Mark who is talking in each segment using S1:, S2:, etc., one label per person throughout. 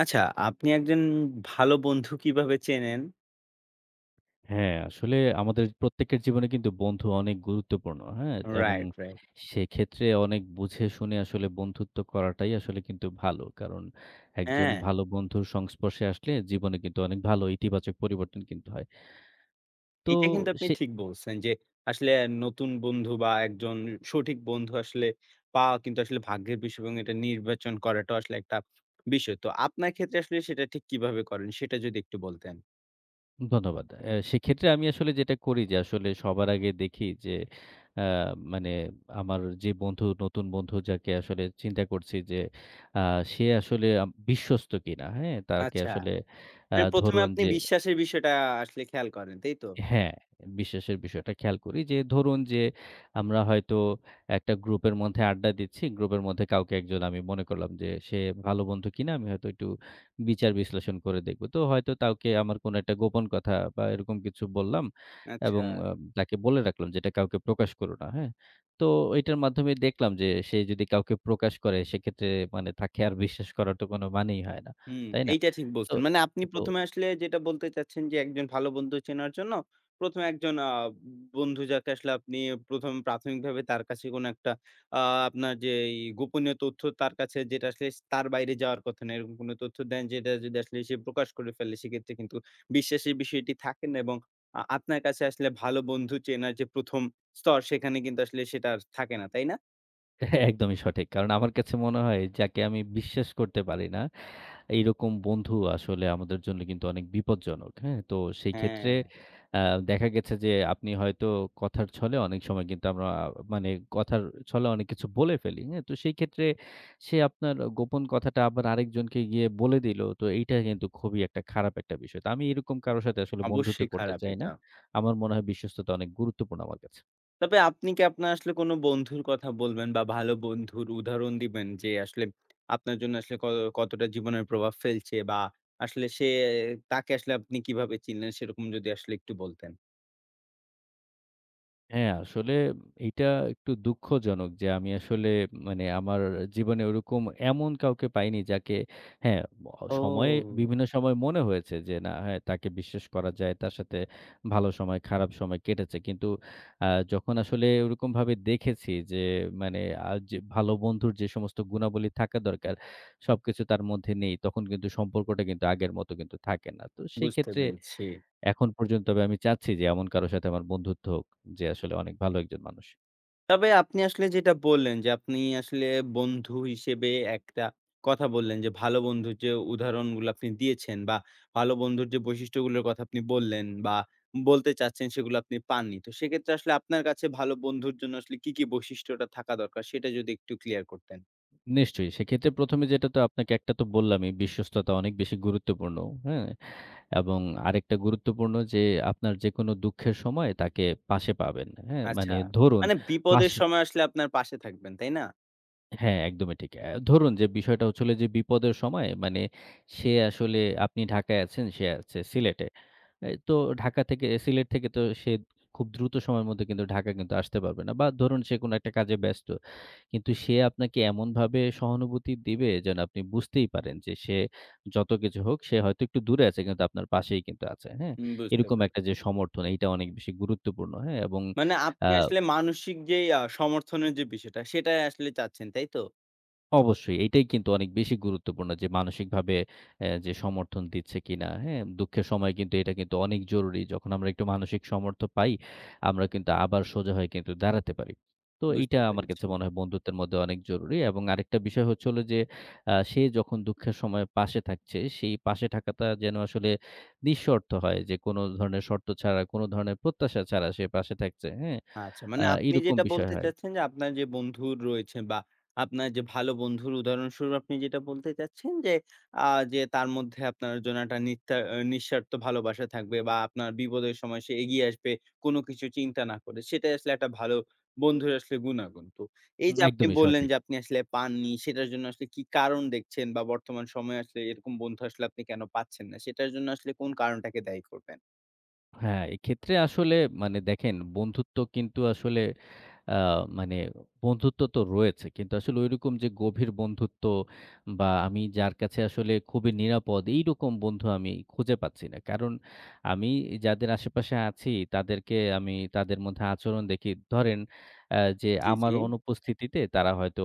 S1: আচ্ছা, আপনি একজন ভালো বন্ধু কিভাবে চেনেন?
S2: হ্যাঁ, আসলে আমাদের প্রত্যেকের জীবনে কিন্তু বন্ধু অনেক গুরুত্বপূর্ণ। হ্যাঁ? এবং
S1: রাইট, রাইট।
S2: সেক্ষেত্রে অনেক বুঝে শুনে আসলে বন্ধুত্ব করাটাই আসলে কিন্তু ভালো। কারণ একজন
S1: হ্যাঁ,
S2: ভালো বন্ধুর সংস্পর্শে আসলে জীবনে কিন্তু অনেক ভালো ইতিবাচক পরিবর্তন কিন্তু হয়। তো
S1: এটা কিন্তু আপনি
S2: সে
S1: ঠিক বলছেন যে, আসলে নতুন বন্ধু বা একজন সঠিক বন্ধু আসলে পাওয়া কিন্তু আসলে ভাগ্যের বিষয় এবং এটা নির্বাচন করাটাও আসলে একটা বিষয়। তো আপনার ক্ষেত্রে আসলে সেটা ঠিক কিভাবে করেন? সেটা যদি একটু বলতেন।
S2: ধন্যবাদ। সেক্ষেত্রে আমি আসলে যেটা করি যে আসলে সবার আগে দেখি যে আ মানে আমার যে বন্ধু নতুন বন্ধু যাকে আসলে চিন্তা করছি যে আ সে আসলে বিশ্বস্ত কিনা। হ্যাঁ? তাকে
S1: আচ্ছা,
S2: আসলে
S1: মানে ১ম এ
S2: ধরুন
S1: আপনি
S2: যে
S1: বিশ্বাসের বিষয়টা আসলে খেয়াল করেন, তাই তো?
S2: হ্যাঁ, বিশ্বাসের বিষয়টা খেয়াল করি যে ধরুন যে আমরা হয়তো একটা গ্রুপের মধ্যে আড্ডা দিচ্ছি। গ্রুপের মধ্যে কাউকে একজন আমি মনে করলাম যে সে ভালো বন্ধু কিনা আমি হয়তো একটু বিচার বিশ্লেষণ করে দেখব। তো হয়তো তাকে আমার কোনো একটা গোপন কথা বা এরকম কিছু বললাম
S1: আচ্ছা।
S2: এবং তাকে বলে রাখলাম যে এটা কাউকে প্রকাশ করো না। হ্যাঁ? তো এটার মাধ্যমে দেখলাম যে সে যদি কাউকে প্রকাশ করে সেক্ষেত্রে মানে তাকে আর বিশ্বাস করার তো কোনো মানেই হয় না।
S1: হুম,
S2: তাই না?
S1: এইটা ঠিক
S2: তো
S1: বলছেন। মানে আপনি
S2: তো
S1: ১ম এ আসলে যেটা বলতে চাচ্ছেন যে একজন ভালো বন্ধু চেনার জন্য ১ম এ একজন বন্ধু যাকে আসলে আপনি ১ম প্রাথমিকভাবে তার কাছে কোনো একটা আ আপনার যে এই গোপনীয় তথ্য তার কাছে যেটা আসলে তার বাইরে যাওয়ার কথা না, এরকম কোনো তথ্য দেন যেটা যদি আসলে সে প্রকাশ করে ফেলে সেক্ষেত্রে কিন্তু বিশ্বাসের বিষয়টি থাকে না এবং আপনার কাছে আসলে ভালো বন্ধু চেনার যে ১ম স্তর সেখানে কিন্তু আসলে সেটা আর থাকে না, তাই না?
S2: হ্যাঁ, একদমই সঠিক। কারণ আমার কাছে মনে হয় যাকে আমি বিশ্বাস করতে পারি না, এইরকম বন্ধু আসলে আমাদের জন্য কিন্তু অনেক বিপজ্জনক। হ্যাঁ? তো সেই ক্ষেত্রে
S1: হ্যাঁ,
S2: আ দেখা গেছে যে আপনি হয়তো কথার ছলে অনেক সময় কিন্তু আমরা মানে কথার ছলে অনেক কিছু বলে ফেলি। হ্যাঁ? তো সেই ক্ষেত্রে সে আপনার গোপন কথাটা আবার আরেকজনকে গিয়ে বলে দিল। তো এইটা কিন্তু খুবই একটা খারাপ একটা বিষয়। তো আমি এরকম কারো সাথে আসলে বন্ধুত্ব
S1: অবশ্যই
S2: করতে
S1: খারাপ
S2: চাই না।
S1: এটা।
S2: আমার মনে হয় বিশ্বস্ততা অনেক গুরুত্বপূর্ণ আমার কাছে।
S1: তবে আপনি কি আপনার আসলে কোন বন্ধুর কথা বলবেন বা ভালো বন্ধুর উদাহরণ দিবেন যে আসলে আপনার জন্য আসলে কতটা জীবনের প্রভাব ফেলছে বা আসলে সে তাকে আসলে আপনি কিভাবে চিনলেন সেরকম যদি আসলে একটু বলতেন?
S2: হ্যাঁ, আসলে এইটা একটু দুঃখজনক যে আমি আসলে মানে আমার জীবনে ওরকম এমন কাউকে পাইনি যাকে হ্যাঁ, সময়ে
S1: ও!
S2: বিভিন্ন সময় মনে হয়েছে যে না হ্যাঁ, তাকে বিশ্বাস করা যায়। তার সাথে ভালো সময়, খারাপ সময় কেটেছে। কিন্তু আ যখন আসলে ওরকমভাবে দেখেছি যে মানে যে ভালো বন্ধুর যে সমস্ত গুণাবলী থাকা দরকার সবকিছু তার মধ্যে নেই। তখন কিন্তু সম্পর্কটা কিন্তু আগের মতো কিন্তু থাকে না। তো সেই
S1: বুঝতে
S2: ক্ষেত্রে
S1: পেরেছি।
S2: এখন পর্যন্ত তবে আমি চাচ্ছি যে এমন কারো সাথে আমার বন্ধুত্ব হোক, যে আসলে অনেক ভালো একজন মানুষ।
S1: তবে আপনি আসলে যেটা বললেন যে, আপনি আসলে বন্ধু হিসেবে একটা কথা বললেন যে, ভালো বন্ধুর যে উদাহরণগুলো আপনি দিয়েছেন বা ভালো বন্ধুর যে বৈশিষ্ট্যগুলোর কথা আপনি বললেন বা বলতে চাচ্ছেন সেগুলো আপনি পাননি। তো সেক্ষেত্রে আসলে আপনার কাছে ভালো বন্ধুর জন্য আসলে কি, কি বৈশিষ্ট্যটা থাকা দরকার সেটা যদি একটু ক্লিয়ার করতেন।
S2: নিশ্চয়ই সেক্ষেত্রে ১ম এ যেটা তো আপনাকে একটা তো বললামই বিশ্বস্ততা অনেক বেশি গুরুত্বপূর্ণ, হ্যাঁ? এবং আরেকটা গুরুত্বপূর্ণ যে আপনার যেকোনো দুঃখের সময় তাকে পাশে পাবেন, হ্যাঁ? মানে
S1: আচ্ছা,
S2: ধরুন
S1: মানে বিপদের
S2: পাশে
S1: সময় আসলে আপনার পাশে থাকবেন, তাই না?
S2: হ্যাঁ, একদমই ঠিক। ধরুন যে বিষয়টা হচ্ছে হলো যে বিপদের সময় মানে সে আসলে আপনি ঢাকায় আছেন, সে আছে সিলেটে। এই তো ঢাকা থেকে সিলেট থেকে তো সে খুব দ্রুত সময়ের মধ্যে কিন্তু ঢাকা কিন্তু আসতে পারবে না। বা ধরুন সে কোনো একটা কাজে ব্যস্ত। কিন্তু সে আপনাকে এমনভাবে সহানুভূতি দিবে যেন আপনি বুঝতেই পারেন যে সে যত কিছু হোক সে হয়তো একটু দূরে আছে কিন্তু আপনার পাশেই কিন্তু আছে। হ্যাঁ?
S1: হুম, বুঝতে
S2: এরকম
S1: পারলাম।
S2: একটা যে সমর্থন এইটা অনেক বেশি গুরুত্বপূর্ণ। হ্যাঁ? এবং
S1: মানে
S2: আ
S1: আপনি আসলে মানসিক যে সমর্থনের যে বিষয়টা সেটাই আসলে চাচ্ছেন, তাই তো?
S2: অবশ্যই। এইটাই কিন্তু অনেক বেশি গুরুত্বপূর্ণ যে মানসিকভাবে যে সমর্থন দিচ্ছে কিনা, হ্যাঁ? দুঃখের সময় কিন্তু এটা কিন্তু অনেক জরুরি। যখন আমরা একটু মানসিক সমর্থ পাই, আমরা কিন্তু আবার সোজা হয়ে কিন্তু দাঁড়াতে পারি। তো এইটা
S1: বুঝতে
S2: আমার
S1: পেরেছি।
S2: কাছে মনে হয় বন্ধুত্বের মধ্যে অনেক জরুরি এবং আরেকটা বিষয় হচ্ছে হলো যে, সে যখন দুঃখের সময় পাশে থাকছে, সেই পাশে থাকাটা যেন আসলে নিঃশর্ত হয় যে কোনো ধরনের শর্ত ছাড়া, কোনো ধরনের প্রত্যাশা ছাড়া সে পাশে থাকছে, হ্যাঁ?
S1: আচ্ছা, মানে আপনি
S2: এরকম
S1: যেটা
S2: বিষয়
S1: বলতে
S2: হয়।
S1: চাচ্ছেন যে, আপনার যে বন্ধু রয়েছে বা আপনার যে ভালো বন্ধুর উদাহরণস্বরূপ আপনি যেটা বলতে চাচ্ছেন যে, আ যে তার মধ্যে আপনার জন্য একটা নিত্যা নিঃস্বার্থ ভালোবাসা থাকবে বা আপনার বিপদের সময় সে এগিয়ে আসবে, কোনো কিছু চিন্তা না করে। সেটাই আসলে একটা ভালো বন্ধুর আসলে গুণাগুণ। তো এই যে আপনি
S2: একদমই
S1: বললেন
S2: সঠিক।
S1: যে, আপনি আসলে পাননি, সেটার জন্য আসলে কি কারণ দেখছেন বা বর্তমান সময়ে আসলে এরকম বন্ধু আসলে আপনি কেন পাচ্ছেন না? সেটার জন্য আসলে কোন কারণটাকে দায়ী করবেন?
S2: হ্যাঁ, এক্ষেত্রে আসলে মানে দেখেন বন্ধুত্ব কিন্তু আসলে আ মানে বন্ধুত্ব তো রয়েছে। কিন্তু আসলে ঐরকম যে গভীর বন্ধুত্ব বা আমি যার কাছে আসলে খুবই নিরাপদ এইরকম বন্ধু আমি খুঁজে পাচ্ছি না। কারণ আমি যাদের আশেপাশে আছি তাদেরকে আমি তাদের মধ্যে আচরণ দেখি। ধরেন যে
S1: জি,
S2: আমার
S1: জি।
S2: অনুপস্থিতিতে তারা হয়তো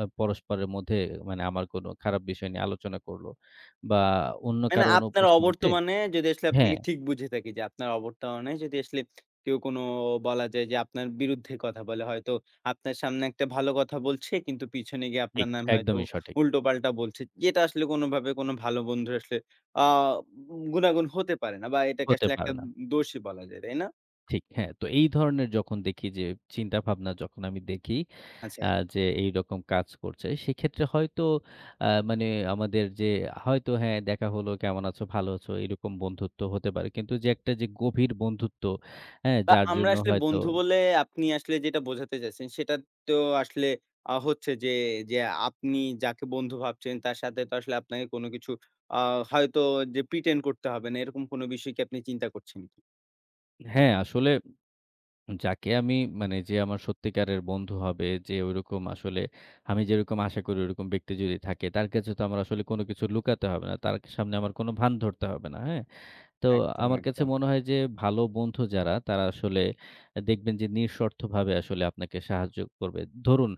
S2: পরস্পরের মধ্যে মানে আমার কোনো খারাপ বিষয় নিয়ে আলোচনা করল বা অন্য
S1: মানে
S2: কারো
S1: আপনার
S2: অনুপস্থিতিতে
S1: অবর্তমানে যদি আসলে
S2: হ্যাঁ,
S1: আপনাকে ঠিক বুঝে থাকি যে আপনার অবর্তমানে যদি আসলে কেউ কোনো বলা যায় যে আপনার বিরুদ্ধে কথা বলে হয়তো আপনার সামনে একটা ভালো কথা বলছে কিন্তু পিছনে গিয়ে আপনার
S2: ঠিক
S1: নামে হয়তো
S2: একদমই সঠিক।
S1: উল্টোপাল্টা বলছে। যেটা আসলে কোনোভাবে কোনো ভালো বন্ধুর আসলে আ গুনাগুন হতে পারে না বা এটাকে
S2: হতে
S1: আসলে
S2: পারে
S1: একটা
S2: না।
S1: দোষী বলা যায়, তাই না?
S2: ঠিক, হ্যাঁ। তো এই ধরনের যখন দেখি যে চিন্তাভাবনা যখন আমি দেখি
S1: আচ্ছা।
S2: আ যে এইরকম কাজ করছে, সেক্ষেত্রে হয়তো মানে আমাদের যে হয়তো হ্যাঁ, দেখা হলো, কেমন আছো? ভালো আছো? এরকম বন্ধুত্ব হতে পারে। কিন্তু যে একটা যে গভীর বন্ধুত্ব, হ্যাঁ?
S1: বা
S2: যার
S1: আমরা
S2: জন্য
S1: আসলে
S2: হয়তো
S1: বন্ধু বলে আপনি আসলে যেটা বোঝাতে চাচ্ছেন, সেটা তো আসলে হচ্ছে যে, যে আপনি যাকে বন্ধু ভাবছেন তার সাথে তো আসলে আপনাকে কোনো কিছু আ হয়তো যে প্রিটেন্ড করতে হবে না, এরকম কোনো বিষয় কি আপনি চিন্তা করছেন কি?
S2: হ্যাঁ, আসলে যাকে আমি মানে যে আমার সত্যিকারের বন্ধু হবে, যে ওইরকম আসলে আমি যেরকম আশা করি ওরকম ব্যক্তি যদি থাকে, তার কাছে তো আমার আসলে কোনো কিছু লুকাতে হবে না। তার সামনে আমার কোনো ভান ধরতে হবে না। হ্যাঁ? তো
S1: একদম,
S2: আমার কাছে
S1: একদম।
S2: মনে হয় যে ভালো বন্ধু যারা, তারা আসলে দেখবেন যে নিঃস্বার্থভাবে আসলে আপনাকে সাহায্য করবে। ধরুন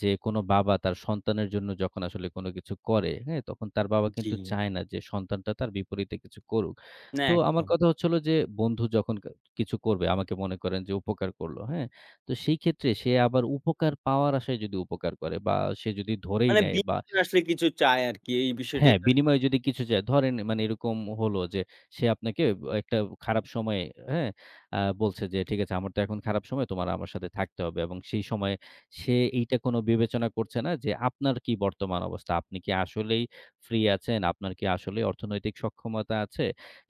S2: যে কোনো বাবা তার সন্তানের জন্য যখন আসলে কোনো কিছু করে, হ্যাঁ? তখন তার বাবা
S1: জি।
S2: কিন্তু চায় না যে সন্তানটা তার বিপরীতে কিছু করুক।
S1: না
S2: তো আমার
S1: একদম।
S2: কথা হচ্ছে হলো যে বন্ধু যখন কিছু করবে আমাকে মনে করেন যে উপকার করলো, হ্যাঁ? তো সেই ক্ষেত্রে সে আবার উপকার পাওয়ার আশায় যদি উপকার করে বা সে যদি ধরেই
S1: মানে
S2: নেয় বা
S1: বিনম্র আসলে কিছু চায় আরকি এই বিষয়টাই
S2: হ্যাঁ,
S1: তো
S2: বিনিময়ে যদি কিছু চায়, ধরেন মানে এরকম হলো যে সে আপনাকে একটা খারাপ সময়ে, হ্যাঁ? বলছে যে, "ঠিক আছে আমার তো এখন খারাপ সময়, তোমার আমার সাথে থাকতে হবে" এবং সেই সময়ে সে এইটা কোনো বিবেচনা করছে না যে আপনার কি বর্তমান অবস্থা? আপনি কি আসলেই ফ্রি আছেন? আপনার কি আসলেই অর্থনৈতিক সক্ষমতা আছে?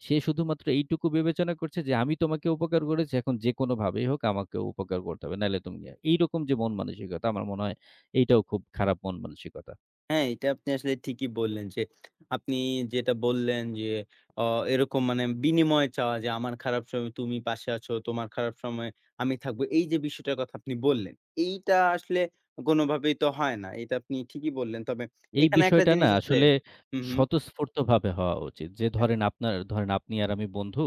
S2: সে শুধুমাত্র এইটুকু বিবেচনা করছে যে, "আমি তোমাকে উপকার করেছি, এখন যেকোনোভাবেই হোক আমাকে উপকার করতে হবে, নাইলে তুমি" এইরকম যে মন মানসিকতা, আমার মনে হয় এইটাও খুব খারাপ মন মানসিকতা।
S1: হ্যাঁ, এটা আপনি আসলে ঠিকই বললেন যে, আপনি যেটা বললেন যে, অ এরকম মানে বিনিময় চাওয়া যে, আমার খারাপ সময় তুমি পাশে আছো, তোমার খারাপ সময়ে আমি থাকবো। এই যে বিষয়টার কথা আপনি বললেন, এইটা আসলে কোনোভাবেই তো হয় না। এটা আপনি ঠিকই বললেন। তবে
S2: এই
S1: এখানে একটা
S2: বিষয়টা না
S1: জিনিস আসলে
S2: আসলে
S1: হু, হু।
S2: স্বতঃস্ফূর্তভাবে হওয়া উচিত। যে ধরেন আপনার ধরেন আপনি আর আমি বন্ধু,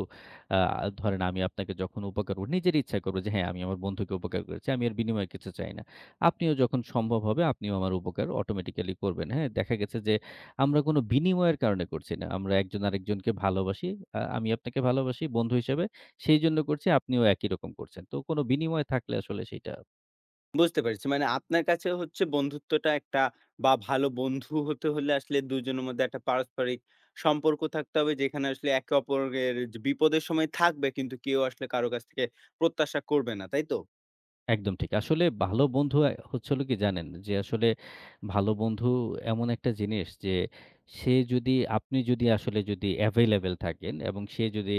S2: আ ধরেন আমি আপনাকে যখন উপকার করব নিজের ইচ্ছায় করব যে হ্যাঁ, আমি আমার বন্ধুকে উপকার করেছি। আমি এর বিনিময়ে কিছু চাই না। আপনিও যখন সম্ভব হবে আপনিও আমার উপকার অটোমেটিক্যালি করবেন। হ্যাঁ? দেখা গেছে যে আমরা কোনো বিনিময়ের কারণে করছি না। আমরা একজন আরেকজনকে ভালোবাসি। আমি আপনাকে ভালোবাসি বন্ধু হিসেবে। সেইজন্য করছি, আপনিও একই রকম করছেন। তো কোনো বিনিময় থাকলে আসলে সেইটা
S1: বুঝতে পেরেছি। মানে আপনার কাছে হচ্ছে বন্ধুত্বটা একটা বা ভালো বন্ধু হতে হলে আসলে ২ জনের মধ্যে একটা পারস্পরিক সম্পর্ক থাকতে হবে। যেখানে আসলে একে অপরের যে বিপদের সময় থাকবে কিন্তু কেউ আসলে কারো কাছ থেকে প্রত্যাশা করবে না। তাই তো?
S2: একদম ঠিক। আসলে ভালো বন্ধু হচ্ছে হলো কি জানেন? যে আসলে ভালো বন্ধু এমন একটা জিনিস যে সে যদি আপনি যদি আসলে যদি available থাকেন এবং সে যদি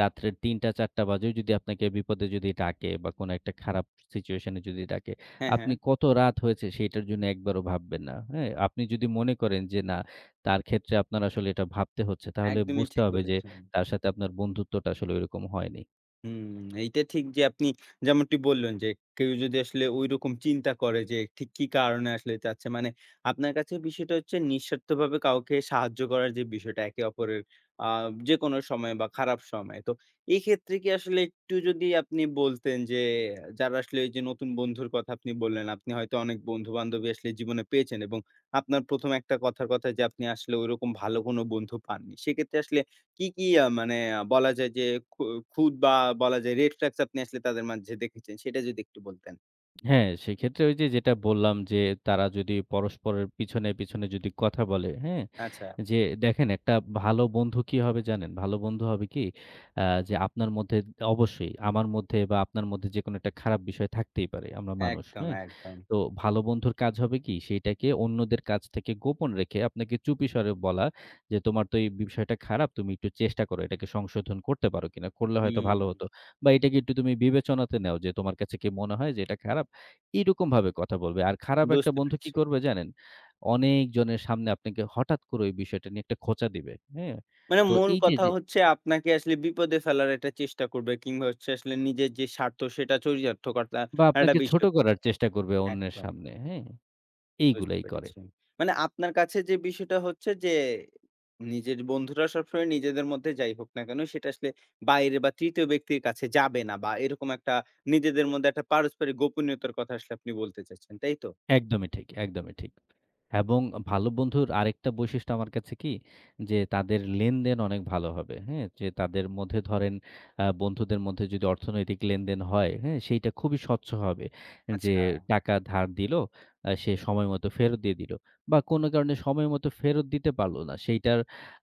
S2: রাত্রের ৩:০০-৪:০০ বাজেও যদি আপনাকে বিপদে যদি ডাকে বা কোনো একটা খারাপ situation এ যদি ডাকে,
S1: হ্যাঁ,
S2: আপনি
S1: হ্যাঁ।
S2: কত রাত হয়েছে সেইটার জন্য একবারও ভাববেন না। হ্যাঁ? আপনি যদি মনে করেন যে না তার ক্ষেত্রে আপনার আসলে এটা ভাবতে হচ্ছে তাহলে
S1: একদমই
S2: বুঝতে
S1: ঠিক
S2: হবে যে
S1: বলেছেন।
S2: তার সাথে আপনার বন্ধুত্বটা আসলে ওইরকম হয়নি।
S1: হুম, এইটা ঠিক যে আপনি যেমনটি বললেন যে, কেউ যদি আসলে ঐরকম চিন্তা করে যে ঠিক কি কারণে আসলে চাচ্ছে। মানে আপনার কাছে বিষয়টা হচ্ছে নিঃস্বার্থভাবে কাউকে সাহায্য করার যে বিষয়টা একে অপরের আ যেকোনো সময় বা খারাপ সময়। তো এই ক্ষেত্রে কি আসলে একটু যদি আপনি বলতেন যে, যারা আসলে এই যে নতুন বন্ধুর কথা আপনি বললেন, আপনি হয়তো অনেক বন্ধু-বান্ধবী আসলে জীবনে পেয়েছেন এবং আপনার ১ম একটা কথার কথা যে আপনি আসলে ঐরকম ভালো কোনো বন্ধু পাননি। সেক্ষেত্রে আসলে কি, কি মানে বলা যায় যে খু খুঁত বা বলা যায় রেড ফ্ল্যাগস আপনি আসলে তাদের মাঝে দেখেছেন সেটা যদি একটু বলতেন?
S2: হ্যাঁ, সেক্ষেত্রে ওই যে যেটা বললাম যে, তারা যদি পরস্পরের পিছনে, পিছনে যদি কথা বলে, হ্যাঁ?
S1: আচ্ছা,
S2: যে দেখেন একটা ভালো বন্ধু কি হবে জানেন? ভালো বন্ধু হবে কি? যে আপনার মধ্যে অবশ্যই আমার মধ্যে বা আপনার মধ্যে যেকোনো একটা খারাপ বিষয় থাকতেই পারে। আমরা মানুষ,
S1: একদম,
S2: হ্যাঁ?
S1: একদম।
S2: তো ভালো বন্ধুর কাজ হবে কি? সেইটাকে অন্যদের কাছ থেকে গোপন রেখে আপনাকে চুপি সরে বলা যে, "তোমার তো এই বিষয়টা খারাপ। তুমি একটু চেষ্টা করো। এটাকে সংশোধন করতে পারো কিনা? করলে হয়তো
S1: হুম,
S2: ভালো হতো। বা এটাকে একটু তুমি বিবেচনাতে নেও যে, তোমার কাছে কি মনে হয় যে এটা খারাপ?" এরকমভাবে কথা বলবে। আর খারাপ একটা
S1: বুঝতে
S2: বন্ধু কি
S1: পেরেছি।
S2: করবে জানেন? অনেকজনের সামনে আপনাকে হঠাৎ করে ওই বিষয়টা নিয়ে একটা খোঁচা দিবে। হ্যাঁ?
S1: মানে
S2: তো
S1: মূল
S2: এই যে,
S1: কথা
S2: যে
S1: হচ্ছে আপনাকে আসলে বিপদে ফেলার একটা চেষ্টা করবে কিংবা হচ্ছে আসলে নিজের যে স্বার্থ সেটা চরিতার্থ করার
S2: বা
S1: একটা
S2: আপনাকে ছোট
S1: বিষয়
S2: করার
S1: করবে।
S2: চেষ্টা করবে অন্যের
S1: একদম।
S2: সামনে। হ্যাঁ?
S1: বুঝতে
S2: এইগুলাই করে।
S1: পেরেছি। মানে আপনার কাছে যে বিষয়টা হচ্ছে যে, নিজের বন্ধুরা সবসময় নিজেদের মধ্যে যাই হোক না কেন, সেটা আসলে বাইরে বা তৃতীয় ব্যক্তির কাছে যাবে না বা এরকম একটা নিজেদের মধ্যে একটা পারস্পরিক গোপনীয়তার কথা আসলে আপনি বলতে চাচ্ছেন, তাই তো?
S2: একদমই ঠিক, একদমই ঠিক। এবং ভালো বন্ধুর আরেকটা বৈশিষ্ট্য আমার কাছে কি? যে তাদের লেনদেন অনেক ভালো হবে। হ্যাঁ? যে তাদের মধ্যে ধরেন বন্ধুদের মধ্যে যদি অর্থনৈতিক লেনদেন হয়, হ্যাঁ? সেইটা খুবই স্বচ্ছ হবে। যে
S1: আচ্ছা।
S2: টাকা ধার দিল, সে সময় মতো ফেরত দিয়ে দিল। বা কোনো কারণে সময় মতো ফেরত দিতে পারল না। সেইটার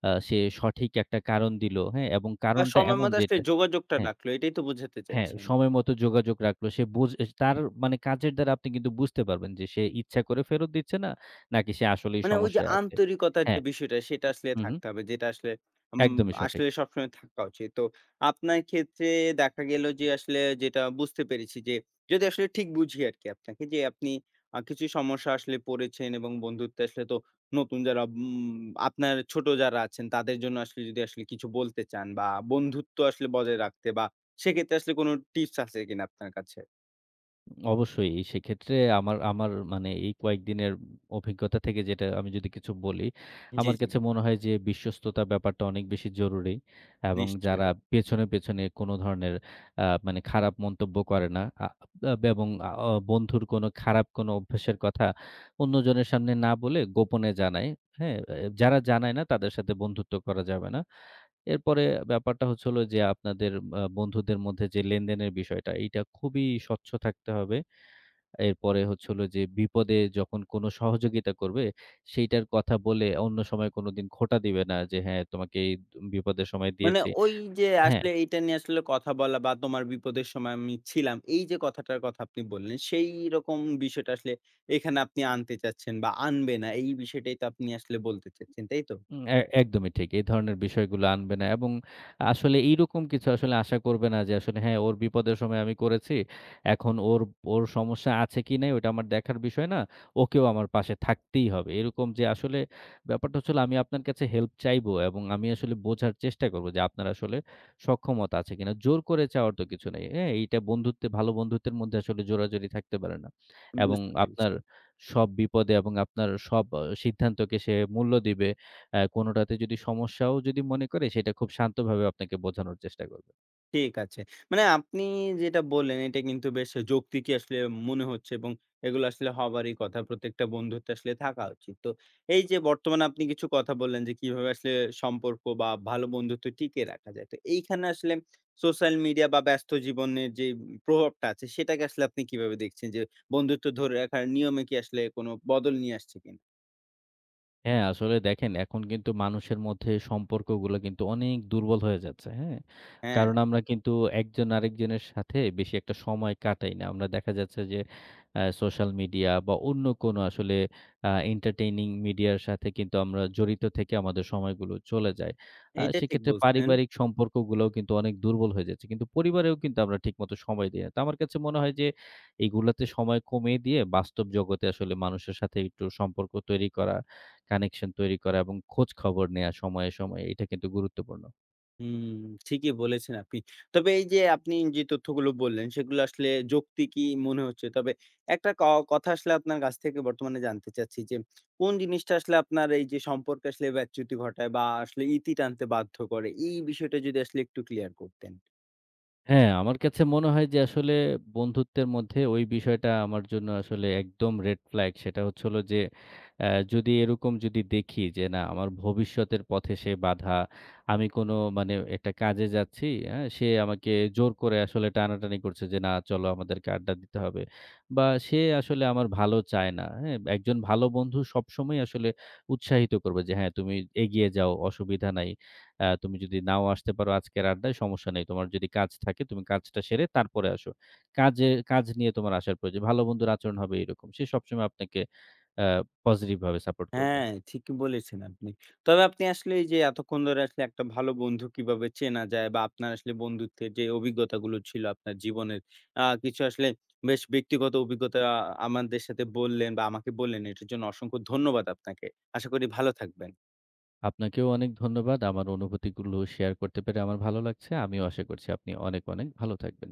S2: সে সঠিক একটা কারণ দিল, হ্যাঁ? এবং
S1: বা
S2: কারণটা
S1: সময়
S2: এমন
S1: মতো আসলে
S2: যেটা
S1: যোগাযোগটা
S2: হ্যাঁ।
S1: রাখলো, এটাই তো বোঝাতে
S2: হ্যাঁ,
S1: চাচ্ছেন।
S2: সময় মতো যোগাযোগ রাখলো। সে বুঝ তার মানে কাজের দ্বারা আপনি কিন্তু বুঝতে পারবেন যে সে ইচ্ছা করে ফেরত দিচ্ছে না, নাকি সে আসলেই
S1: মানে ওই যে
S2: সমস্যায় আছে।
S1: আন্তরিকতার যে
S2: হ্যাঁ,
S1: বিষয়টা সেটা আসলে
S2: হু, হু,
S1: থাকতে হবে। যেটা আসলে উম
S2: একদমই সঠিক।
S1: আসলে সবসময় থাকা উচিত। তো আপনার ক্ষেত্রে দেখা গেল যে আসলে যেটা বুঝতে পেরেছি যে যদি আসলে ঠিক বুঝি আরকি আপনাকে যে আপনি কিছু সমস্যা আসলে পড়েছেন এবং বন্ধুত্বে আসলে তো নতুন যারা আপনার ছোট যারা আছেন তাদের জন্য আসলে যদি আসলে কিছু বলতে চান বা বন্ধুত্ব আসলে বজায় রাখতে বা সেক্ষেত্রে আসলে কোন টিপস আছে কিনা আপনার কাছে?
S2: অবশ্যই। সেক্ষেত্রে আমার আমার মানে এই কয়েকদিনের অভিজ্ঞতা থেকে যেটা আমি যদি কিছু বলি,
S1: জি,
S2: আমার
S1: জি।
S2: কাছে মনে হয় যে বিশ্বস্ততা ব্যাপারটা অনেক বেশি জরুরি। এবং যারা
S1: নিশ্চয়ই।
S2: পেছনে, পেছনে কোনো ধরনের মানে খারাপ মন্তব্য করে না আ আব এবং আ অ বন্ধুর কোনো খারাপ কোনো অভ্যাসের কথা অন্যজনের সামনে না বলে গোপনে জানায়। হ্যাঁ? এ যারা জানায় না তাদের সাথে বন্ধুত্ব করা যাবে না। এরপরে ব্যাপারটা হচ্ছে হলো যে আপনাদের বন্ধুদের মধ্যে যে লেনদেনের বিষয়টা এইটা খুবই স্বচ্ছ থাকতে হবে। এরপরে হচ্ছে হলো যে বিপদে যখন কোনো সহযোগিতা করবে, সেইটার কথা বলে অন্য সময় কোনোদিন খোঁটা দিবে না যে, "হ্যাঁ, তোমাকে এই বিপদের সময়
S1: মানে
S2: দিয়েছি।"
S1: ওই যে
S2: হ্যাঁ,
S1: আসলে এইটা নিয়ে আসলে কথা বলা বা তোমার বিপদের সময় আমি ছিলাম, এই যে কথাটার কথা আপনি বললেন, সেইরকম বিষয়টা আসলে এখানে আপনি আনতে চাচ্ছেন বা আনবে না, এই বিষয়টাই তো আপনি আসলে বলতে চাচ্ছেন, তাই তো?
S2: উম এ একদমই ঠিক। এই ধরনের বিষয়গুলো আনবে না এবং আসলে এইরকম কিছু আসলে আশা করবে না যে আসলে হ্যাঁ, ওর বিপদের সময় আমি করেছি। এখন ওর ওর সমস্যা আছে কি নাই ওটা আমার দেখার বিষয় না। ওকেও আমার পাশে থাকতেই হবে। এরকম যে আসলে ব্যাপারটা হচ্ছে হলো আমি আপনার কাছে হেল্প চাইবো এবং আমি আসলে বোঝার চেষ্টা করব যে আপনার আসলে সক্ষমতা আছে কিনা। জোর করে চাওয়ার তো কিছু নাই। হ্যাঁ, এইটা বন্ধুত্বে ভালো বন্ধুত্বের মধ্যে আসলে জোরাজুরি থাকতে পারে না। এবং
S1: বুঝতে পেরেছি।
S2: আপনার সব বিপদে এবং আপনার সব সিদ্ধান্তকে সে মূল্য দিবে। কোনোটাতে যদি সমস্যাও যদি মনে করে সেটা খুব শান্তভাবে আপনাকে বোঝানোর চেষ্টা করবে।
S1: ঠিক আছে। মানে আপনি যেটা বললেন, এটা কিন্তু বেশ যৌক্তিকই আসলে মনে হচ্ছে এবং এগুলো আসলে হবারই কথা। প্রত্যেকটা বন্ধুত্বে আসলে থাকা উচিত। তো এই যে বর্তমানে আপনি কিছু কথা বললেন যে, কিভাবে আসলে সম্পর্ক বা ভালো বন্ধুত্ব টিকিয়ে রাখা যায়। তো এইখানে আসলে সোশ্যাল মিডিয়া বা ব্যস্ত জীবনের যে প্রভাবটা আছে, সেটাকে আসলে আপনি কিভাবে দেখছেন? যে বন্ধুত্ব ধরে রাখার নিয়মে কি আসলে কোনো বদল নিয়ে আসছে কিনা?
S2: হ্যাঁ, আসলে দেখেন এখন কিন্তু মানুষের মধ্যে সম্পর্কগুলো কিন্তু অনেক দুর্বল হয়ে যাচ্ছে, হ্যাঁ?
S1: হ্যাঁ,
S2: কারণ আমরা কিন্তু একজন আরেকজনের সাথে বেশি একটা সময় কাটাই না। আমরা দেখা যাচ্ছে যে সোশ্যাল মিডিয়া বা অন্য কোনো আসলে entertaining মিডিয়ার সাথে কিন্তু আমরা জড়িত থেকে আমাদের সময়গুলো চলে যায়।
S1: এইটা ঠিক
S2: সেক্ষেত্রে
S1: বলছেন।
S2: পারিবারিক সম্পর্কগুলোও কিন্তু অনেক দুর্বল হয়ে যাচ্ছে। কিন্তু পরিবারেও কিন্তু আমরা ঠিকমতো সময় দেই না। তো আমার কাছে মনে হয় যে এগুলাতে সময় কমিয়ে দিয়ে বাস্তব জগতে আসলে মানুষের সাথে একটু সম্পর্ক তৈরি করা কানেকশন তৈরি করা এবং খোঁজ খবর নেয়া সময়ে, সময়ে এটা কিন্তু গুরুত্বপূর্ণ।
S1: হুম, ঠিকই বলেছেন আপনি। তবে এই যে আপনি যে তথ্যগুলো বললেন, সেগুলো আসলে যৌক্তিকই মনে হচ্ছে। তবে একটা কথা আসলে আপনার কাছ থেকে বর্তমানে জানতে চাচ্ছি যে, কোন জিনিসটা আসলে আপনার এই যে সম্পর্কে আসলে ব্যাচ্যুতি ঘটায় বা আসলে ইতি টানতে বাধ্য করে? এই বিষয়টা যদি আসলে একটু ক্লিয়ার করতেন।
S2: হ্যাঁ, আমার কাছে মনে হয় যে আসলে বন্ধুত্বের মধ্যে ওই বিষয়টা আমার জন্য আসলে একদম রেড ফ্ল্যাগ। সেটা হচ্ছে হলো যে যদি এরকম যদি দেখি যে না আমার ভবিষ্যতের পথে সে বাধা, আমি কোনো মানে একটা কাজে যাচ্ছি, হ্যাঁ? সে আমাকে জোর করে আসলে টানাটানি করছে যে না চলো আমাদেরকে আড্ডা দিতে হবে। বা সে আসলে আমার ভালো চায় না, হ্যাঁ? একজন ভালো বন্ধু সবসময় আসলে উৎসাহিত করবে যে হ্যাঁ, তুমি এগিয়ে যাও, অসুবিধা নাই। তুমি যদি নাও আসতে পারো আজকের আড্ডায় সমস্যা নেই। তোমার যদি কাজ থাকে তুমি কাজটা সেরে তারপরে আসো। কাজে কাজ নিয়ে তোমার আসার প্রয়োজন। ভালো বন্ধুর আচরণ হবে এরকম। সে সবসময় আপনাকে আ পজিটিভ ভাবে সাপোর্ট করবে।
S1: হ্যাঁ, ঠিকই বলেছেন আপনি। তবে আপনি আসলে এই যে এতক্ষণ ধরে আসলে একটা ভালো বন্ধু কিভাবে চেনা যায় বা আপনার আসলে বন্ধুত্বের যে অভিজ্ঞতাগুলো ছিল আপনার জীবনের, কিছু আসলে বেশ ব্যক্তিগত অভিজ্ঞতা আমাদের সাথে বললেন বা আমাকে বললেন, এটার জন্য অসংখ্য ধন্যবাদ আপনাকে। আশা করি ভালো থাকবেন।
S2: আপনাকেও অনেক ধন্যবাদ। আমার অনুভূতিগুলো শেয়ার করতে পেরে আমার ভালো লাগছে। আমিও আশা করছি আপনি অনেক, অনেক ভালো থাকবেন।